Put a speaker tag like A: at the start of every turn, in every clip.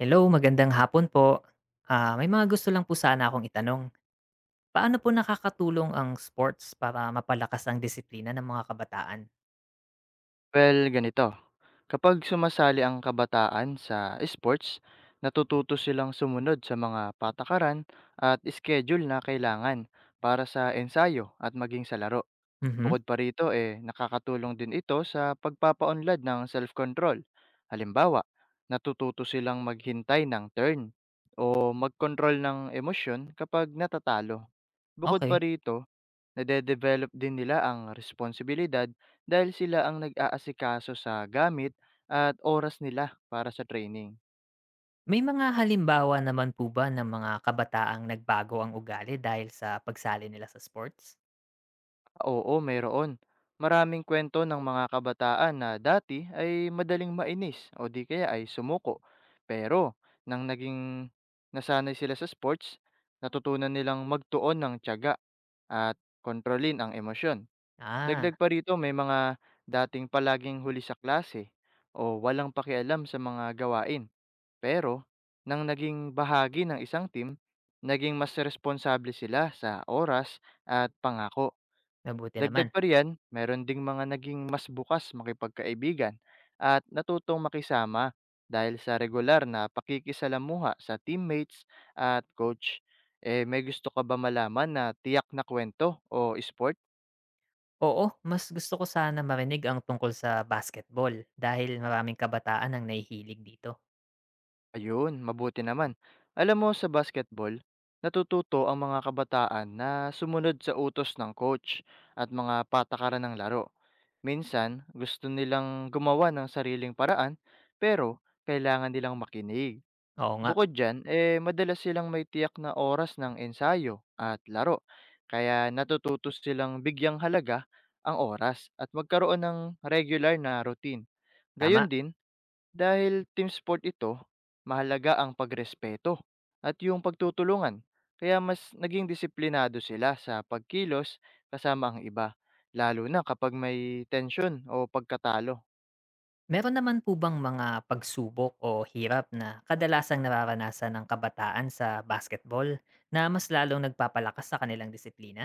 A: Hello, magandang hapon po. May mga gusto lang po sana akong itanong. Paano po nakakatulong ang sports para mapalakas ang disiplina ng mga kabataan?
B: Well, ganito, kapag sumasali ang kabataan sa sports, natututo silang sumunod sa mga patakaran at schedule na kailangan para sa ensayo at maging sa laro.
A: Mhm.
B: Bukod pa rito, eh, nakakatulong din ito sa pagpapaunlad ng self-control. Halimbawa, natututo silang maghintay ng turn o mag-control ng emosyon kapag natatalo. Bukod pa
A: Okay.
B: rito, nade-develop din nila ang responsibilidad dahil sila ang nag-aasikaso sa gamit at oras nila para sa training.
A: May mga halimbawa naman po ba ng mga kabataang nagbago ang ugali dahil sa pagsali nila sa sports?
B: Oo, mayroon. Maraming kwento ng mga kabataan na dati ay madaling mainis o di kaya ay sumuko. Pero nang nasanay sila sa sports, natutunan nilang magtuon ng tiyaga at kontrolin ang emosyon. Dagdag
A: Ah,
B: pa rito, may mga dating palaging huli sa klase o walang pakialam sa mga gawain. Pero nang naging bahagi ng isang team, naging mas responsable sila sa oras at pangako.
A: Mabuti
B: Dagdag
A: naman.
B: pa riyan, meron ding mga naging mas bukas makipagkaibigan at natutong makisama dahil sa regular na pakikisalamuha sa teammates at coach. Eh, may gusto ka ba malaman na tiyak na kwento o sport?
A: Oo, mas gusto ko sana marinig ang tungkol sa basketball dahil maraming kabataan ang nahihilig dito.
B: Ayun, mabuti naman. Alam mo, sa basketball, natututo ang mga kabataan na sumunod sa utos ng coach at mga patakaran ng laro. Minsan, gusto nilang gumawa ng sariling paraan, pero kailangan nilang makinig.
A: Oo nga,
B: Bukod dyan, eh, madalas silang may tiyak na oras ng ensayo at laro. Kaya natututo silang bigyang halaga ang oras at magkaroon ng regular na routine. Gayun
A: tama.
B: din, dahil team sport ito, mahalaga ang pagrespeto at yung pagtutulungan. Kaya mas naging disiplinado sila sa pagkilos kasama ang iba, lalo na kapag may tensyon o pagkatalo.
A: Meron naman po bang mga pagsubok o hirap na kadalasang nararanasan ng kabataan sa basketball na mas lalong nagpapalakas sa kanilang disiplina?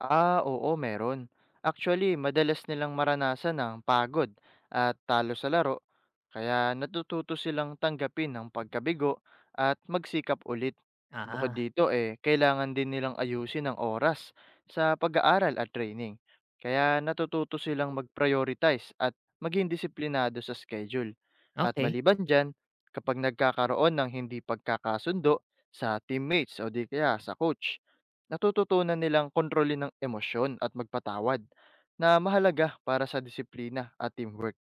B: Ah, oo, meron. Actually, madalas nilang maranasan ang pagod at talo sa laro, kaya natututo silang tanggapin ang pagkabigo at magsikap ulit. Bukod
A: Ah.
B: dito, eh, kailangan din nilang ayusin ang oras sa pag-aaral at training. Kaya natututo silang mag-prioritize at maging disiplinado sa schedule. At
A: Okay.
B: maliban dyan, kapag nagkakaroon ng hindi pagkakasundo sa teammates o di kaya sa coach, natututunan nilang kontrolin ng emosyon at magpatawad, na mahalaga para sa disiplina at teamwork.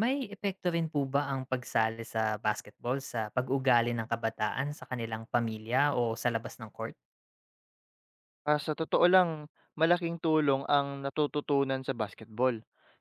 A: May epekto rin po ba ang pagsali sa basketball sa pag-ugali ng kabataan sa kanilang pamilya o sa labas ng court?
B: Ah, sa totoo lang, malaking tulong ang natututunan sa basketball,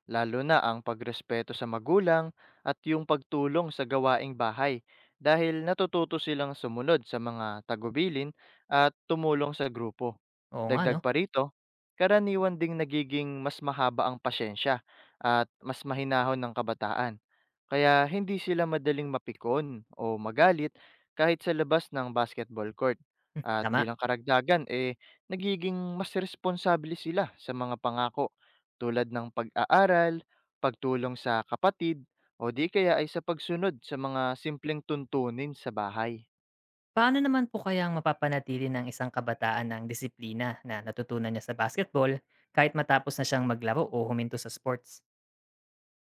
B: lalo na ang pagrespeto sa magulang at yung pagtulong sa gawaing bahay dahil natututo silang sumunod sa mga tagubilin at tumulong sa grupo.
A: Oo nga 'no.
B: Dagdag pa rito, karaniwan ding nagiging mas mahaba ang pasyensya at mas mahinahon ng kabataan. Kaya hindi sila madaling mapikon o magalit kahit sa labas ng basketball court.
A: Hmm,
B: At
A: tama.
B: bilang karagdagan, eh, nagiging mas responsable sila sa mga pangako tulad ng pag-aaral, pagtulong sa kapatid, o di kaya ay sa pagsunod sa mga simpleng tuntunin sa bahay.
A: Paano naman po kayang mapapanatili ng isang kabataan ng disiplina na natutunan niya sa basketball kahit matapos na siyang maglaro o huminto sa sports?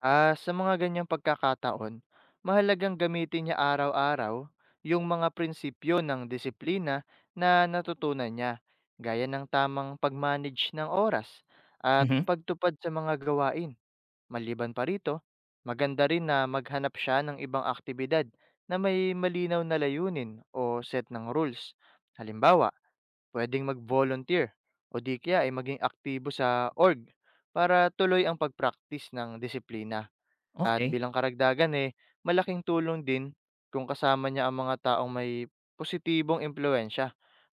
B: Ah, sa mga ganyang pagkakataon, mahalagang gamitin niya araw-araw yung mga prinsipyo ng disiplina na natutunan niya, gaya ng tamang pag-manage ng oras at
A: Mhm.
B: pagtupad sa mga gawain. Maliban pa rito, maganda rin na maghanap siya ng ibang aktibidad na may malinaw na layunin o set ng rules. Halimbawa, pwedeng mag-volunteer o di kaya ay maging aktibo sa org para tuloy ang pag-practice ng disiplina. At
A: Okay.
B: bilang karagdagan, eh, malaking tulong din kung kasama niya ang mga taong may positibong impluensya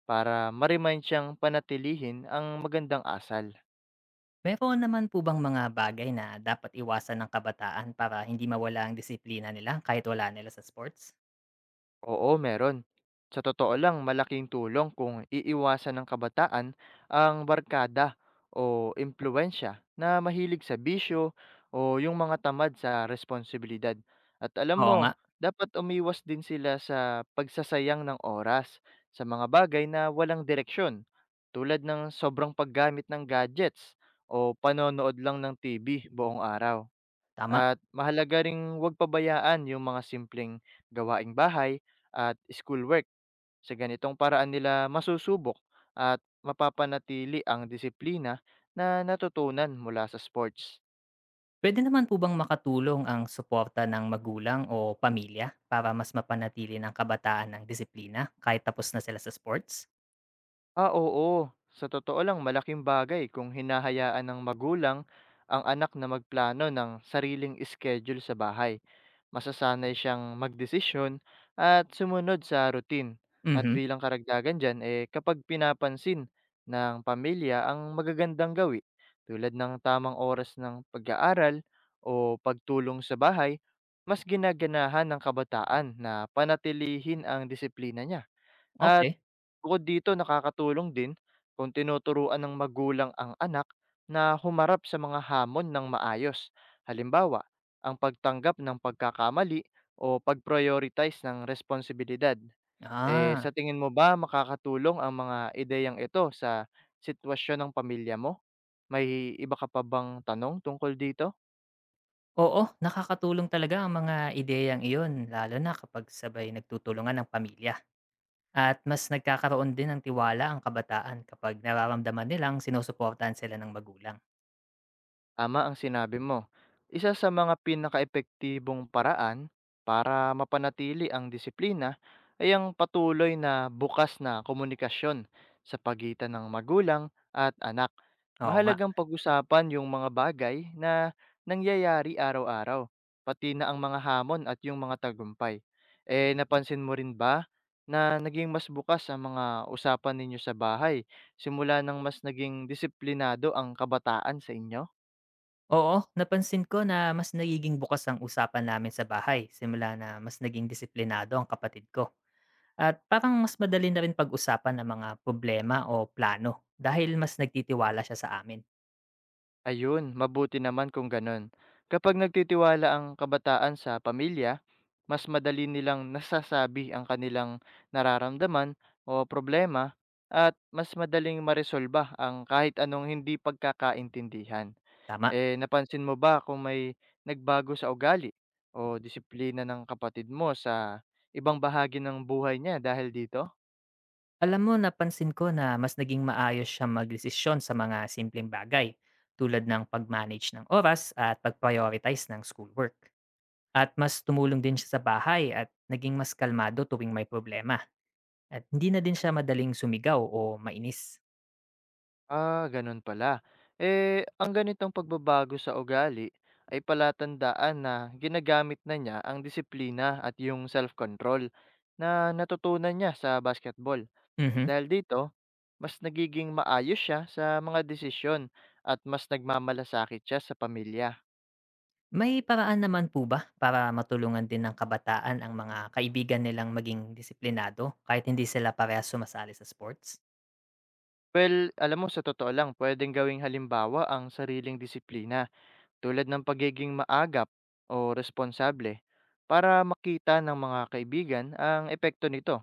B: para ma-remind siyang panatilihin ang magandang asal.
A: Meron naman po bang mga bagay na dapat iwasan ng kabataan para hindi mawala ang disiplina nila kahit wala nila sa sports?
B: Oo, meron. Sa totoo lang, malaking tulong kung iiwasan ng kabataan ang barkada o impluensya na mahilig sa bisyo o yung mga tamad sa responsibilidad. At alam
A: Oo nga,
B: mo, dapat umiwas din sila sa pagsasayang ng oras sa mga bagay na walang direksyon, tulad ng sobrang paggamit ng gadgets o panonood lang ng TV buong araw.
A: tama.
B: At mahalaga ring huwag pabayaan yung mga simpleng gawaing bahay at schoolwork. Sa ganitong paraan nila masusubok at mapapanatili ang disiplina na natutunan mula sa sports.
A: Pwede naman po bang makatulong ang suporta ng magulang o pamilya para mas mapanatili ng kabataan ang disiplina kahit tapos na sila sa sports?
B: Ah, oo. Sa totoo lang, malaking bagay kung hinahayaan ng magulang ang anak na magplano ng sariling schedule sa bahay. Masasanay siyang magdesisyon at sumunod sa routine. At
A: Mhm.
B: bilang karagdagan dyan, eh, kapag pinapansin ng pamilya ang magagandang gawi, tulad ng tamang oras ng pag-aaral o pagtulong sa bahay, mas ginaganahan ng kabataan na panatilihin ang disiplina niya. At
A: Okay.
B: bukod dito, nakakatulong din kung tinuturuan ng magulang ang anak na humarap sa mga hamon ng maayos. Halimbawa, ang pagtanggap ng pagkakamali o pag-prioritize ng responsibilidad. Eh,
A: Ah,
B: sa tingin mo ba makakatulong ang mga ideyang ito sa sitwasyon ng pamilya mo? May iba ka pa bang tanong tungkol dito?
A: Oo, nakakatulong talaga ang mga ideyang iyon lalo na kapag sabay nagtutulungan ng pamilya. At mas nagkakaroon din ng tiwala ang kabataan kapag nararamdaman nilang sinusuportahan sila ng magulang.
B: Tama ang sinabi mo. Isa sa mga pinakaepektibong paraan para mapanatili ang disiplina ay ang patuloy na bukas na komunikasyon sa pagitan ng magulang at anak.
A: Oo nga.
B: Mahalagang pag-usapan yung mga bagay na nangyayari araw-araw, pati na ang mga hamon at yung mga tagumpay. Eh, napansin mo rin ba na naging mas bukas ang mga usapan ninyo sa bahay simula nang mas naging disiplinado ang kabataan sa inyo?
A: Oo, napansin ko na mas nagiging bukas ang usapan namin sa bahay simula na mas naging disiplinado ang kapatid ko. At parang mas madali na rin pag-usapan ang mga problema o plano dahil mas nagtitiwala siya sa amin.
B: Ayun, mabuti naman kung ganun. Kapag nagtitiwala ang kabataan sa pamilya, mas madali nilang nasasabi ang kanilang nararamdaman o problema at mas madaling maresolba ang kahit anong hindi pagkakaintindihan.
A: Tama.
B: Eh, napansin mo ba kung may nagbago sa ugali o disiplina ng kapatid mo sa ibang bahagi ng buhay niya dahil dito?
A: Alam mo, napansin ko na mas naging maayos siya magdesisyon sa mga simpleng bagay tulad ng pag-manage ng oras at pag-prioritize ng schoolwork. At mas tumulong din siya sa bahay at naging mas kalmado tuwing may problema at hindi na din siya madaling sumigaw o mainis.
B: Ah, ganun pala. Eh, ang ganitong pagbabago sa ugali ay palatandaan na ginagamit na niya ang disiplina at yung self-control na natutunan niya sa basketball.
A: Mhm.
B: Dahil dito, mas nagiging maayos siya sa mga desisyon at mas nagmamalasakit siya sa pamilya.
A: May paraan naman po ba para matulungan din ng kabataan ang mga kaibigan nilang maging disiplinado kahit hindi sila parehas sumasali sa sports?
B: Well, alam mo, sa totoo lang, pwedeng gawing halimbawa ang sariling disiplina tulad ng pagiging maagap o responsable para makita ng mga kaibigan ang epekto nito.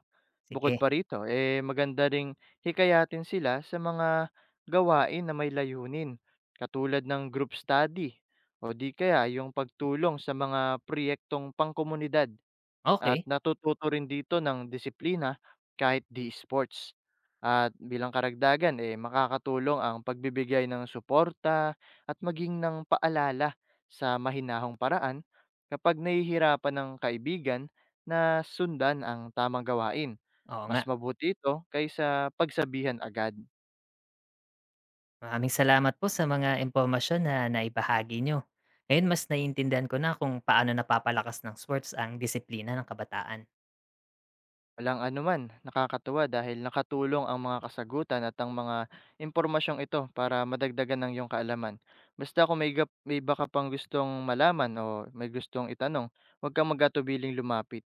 B: Bukod
A: Sige.
B: pa rito, eh, maganda ring hikayatin sila sa mga gawain na may layunin, katulad ng group study o di kaya yung pagtulong sa mga proyektong pangkomunidad. At
A: Okay.
B: natututo rin dito ng disiplina kahit di sports. At bilang karagdagan, eh, makakatulong ang pagbibigay ng suporta at maging ng paalala sa mahinahong paraan kapag nahihirapan ng kaibigan na sundan ang tamang gawain.
A: Oo nga.
B: Mas mabuti ito kaysa pagsabihan agad.
A: Maraming salamat po sa mga impormasyon na naibahagi nyo. Ngayon mas naiintindihan ko na kung paano napapalakas ng sports ang disiplina ng kabataan.
B: Walang anuman, nakakatuwa dahil nakatulong ang mga kasagutan at ang mga impormasyong ito para madagdagan ng iyong kaalaman. Basta kung may baka pang gustong malaman o may gustong itanong, huwag kang magatubiling lumapit.